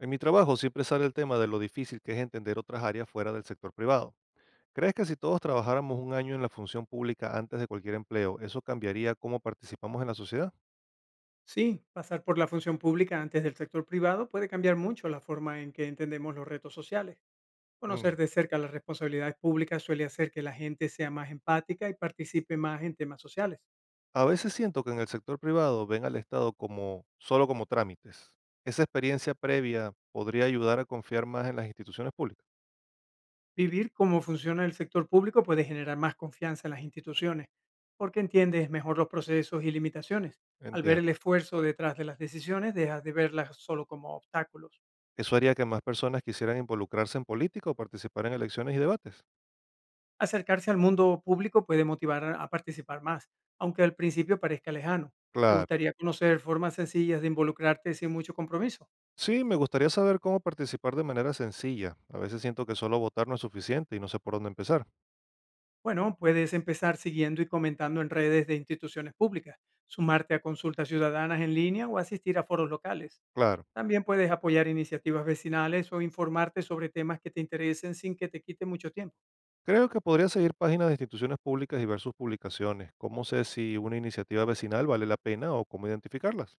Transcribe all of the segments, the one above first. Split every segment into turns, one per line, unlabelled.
En mi trabajo siempre sale el tema de lo difícil que es entender otras áreas fuera del sector privado. ¿Crees que si todos trabajáramos un año en la función pública antes de cualquier empleo, eso cambiaría cómo participamos en la sociedad?
Sí, pasar por la función pública antes del sector privado puede cambiar mucho la forma en que entendemos los retos sociales. Conocer
Mm.
de cerca las responsabilidades públicas suele hacer que la gente sea más empática y participe más en temas sociales.
A veces siento que en el sector privado ven al Estado como solo como trámites. Esa experiencia previa podría ayudar a confiar más en las instituciones públicas.
Vivir cómo funciona el sector público puede generar más confianza en las instituciones, porque entiendes mejor los procesos y limitaciones. Al ver
Entiendo.
el esfuerzo detrás de las decisiones, dejas de verlas solo como obstáculos.
Eso haría que más personas quisieran involucrarse en política o participar en elecciones y debates.
Acercarse al mundo público puede motivar a participar más, aunque al principio parezca lejano. ¿Te
Claro.
gustaría conocer formas sencillas de involucrarte sin mucho compromiso?
Sí, me gustaría saber cómo participar de manera sencilla. A veces siento que solo votar no es suficiente y no sé por dónde empezar.
Bueno, puedes empezar siguiendo y comentando en redes de instituciones públicas, sumarte a consultas ciudadanas en línea o asistir a foros locales.
Claro.
También puedes apoyar iniciativas vecinales o informarte sobre temas que te interesen sin que te quite mucho tiempo.
Creo que podría seguir páginas de instituciones públicas y ver sus publicaciones. ¿Cómo sé si una iniciativa vecinal vale la pena o cómo identificarlas?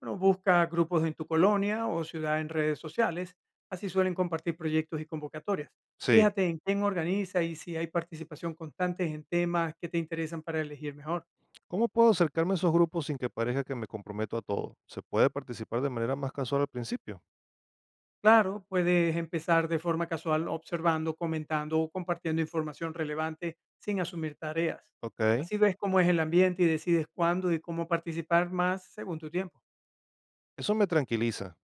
Bueno, busca grupos en tu colonia o ciudad en redes sociales, así suelen compartir proyectos y convocatorias.
Sí.
Fíjate en quién organiza y si hay participación constante en temas que te interesan para elegir mejor.
¿Cómo puedo acercarme a esos grupos sin que parezca que me comprometo a todo? ¿Se puede participar de manera más casual al principio?
Claro, puedes empezar de forma casual observando, comentando o compartiendo información relevante sin asumir tareas.
Ok.
Así ves cómo es el ambiente y decides cuándo y cómo participar más según tu tiempo.
Eso me tranquiliza.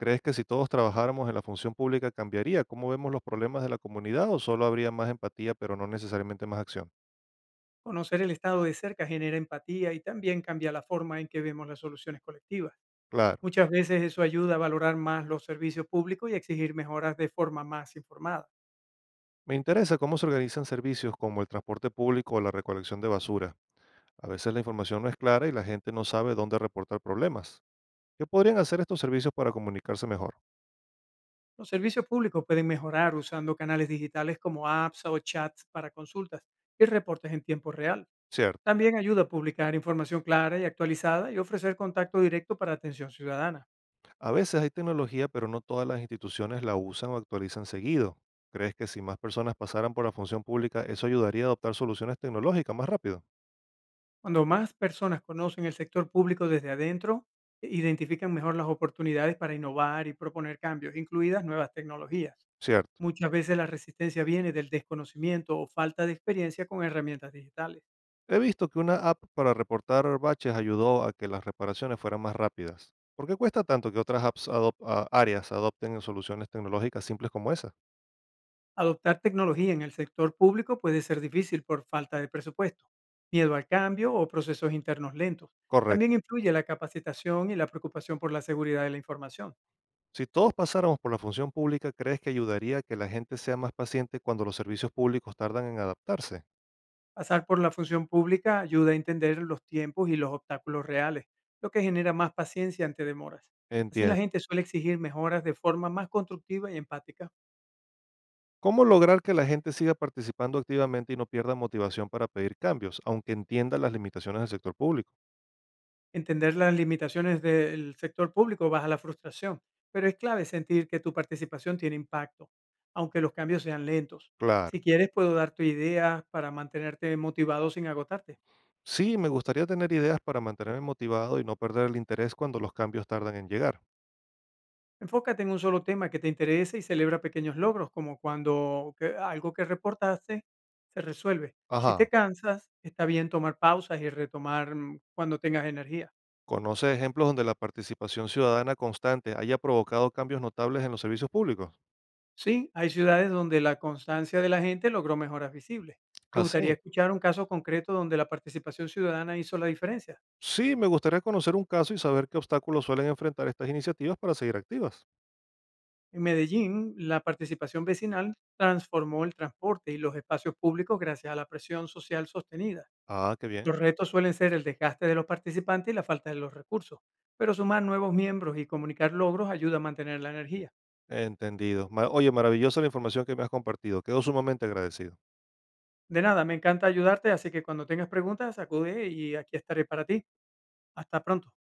¿Crees que si todos trabajáramos en la función pública cambiaría cómo vemos los problemas de la comunidad o solo habría más empatía pero no necesariamente más acción?
Conocer el estado de cerca genera empatía y también cambia la forma en que vemos las soluciones colectivas.
Claro.
Muchas veces eso ayuda a valorar más los servicios públicos y a exigir mejoras de forma más informada.
Me interesa cómo se organizan servicios como el transporte público o la recolección de basura. A veces la información no es clara y la gente no sabe dónde reportar problemas. ¿Qué podrían hacer estos servicios para comunicarse mejor?
Los servicios públicos pueden mejorar usando canales digitales como apps o chats para consultas y reportes en tiempo real.
Cierto.
También ayuda a publicar información clara y actualizada y ofrecer contacto directo para atención ciudadana.
A veces hay tecnología, pero no todas las instituciones la usan o actualizan seguido. ¿Crees que si más personas pasaran por la función pública, eso ayudaría a adoptar soluciones tecnológicas más rápido?
Cuando más personas conocen el sector público desde adentro, identifican mejor las oportunidades para innovar y proponer cambios, incluidas nuevas tecnologías.
Cierto.
Muchas veces la resistencia viene del desconocimiento o falta de experiencia con herramientas digitales.
He visto que una app para reportar baches ayudó a que las reparaciones fueran más rápidas. ¿Por qué cuesta tanto que otras áreas adopten soluciones tecnológicas simples como esa?
Adoptar tecnología en el sector público puede ser difícil por falta de presupuesto, miedo al cambio o procesos internos lentos. También
Correcto.
influye la capacitación y la preocupación por la seguridad de la información.
Si todos pasáramos por la función pública, ¿crees que ayudaría a que la gente sea más paciente cuando los servicios públicos tardan en adaptarse?
Pasar por la función pública ayuda a entender los tiempos y los obstáculos reales, lo que genera más paciencia ante demoras. Así la
Entiendo.
gente suele exigir mejoras de forma más constructiva y empática.
¿Cómo lograr que la gente siga participando activamente y no pierda motivación para pedir cambios, aunque entienda las limitaciones del sector público?
Entender las limitaciones del sector público baja la frustración, pero es clave sentir que tu participación tiene impacto, aunque los cambios sean lentos.
Claro.
Si quieres, puedo darte ideas para mantenerte motivado sin agotarte.
Sí, me gustaría tener ideas para mantenerme motivado y no perder el interés cuando los cambios tardan en llegar.
Enfócate en un solo tema que te interese y celebra pequeños logros, como cuando algo que reportaste se resuelve. Si te
Ajá.
cansas, está bien tomar pausas y retomar cuando tengas energía.
¿Conoce ejemplos donde la participación ciudadana constante haya provocado cambios notables en los servicios públicos?
Sí, hay ciudades donde la constancia de la gente logró mejoras visibles. ¿Me gustaría
Así.
escuchar un caso concreto donde la participación ciudadana hizo la diferencia?
Sí, me gustaría conocer un caso y saber qué obstáculos suelen enfrentar estas iniciativas para seguir activas.
En Medellín, la participación vecinal transformó el transporte y los espacios públicos gracias a la presión social sostenida.
Ah, qué bien.
Los retos suelen ser el desgaste de los participantes y la falta de los recursos, pero sumar nuevos miembros y comunicar logros ayuda a mantener la energía.
Entendido. Oye, maravillosa la información que me has compartido. Quedo sumamente agradecido.
De nada, me encanta ayudarte, así que cuando tengas preguntas, acude y aquí estaré para ti. Hasta pronto.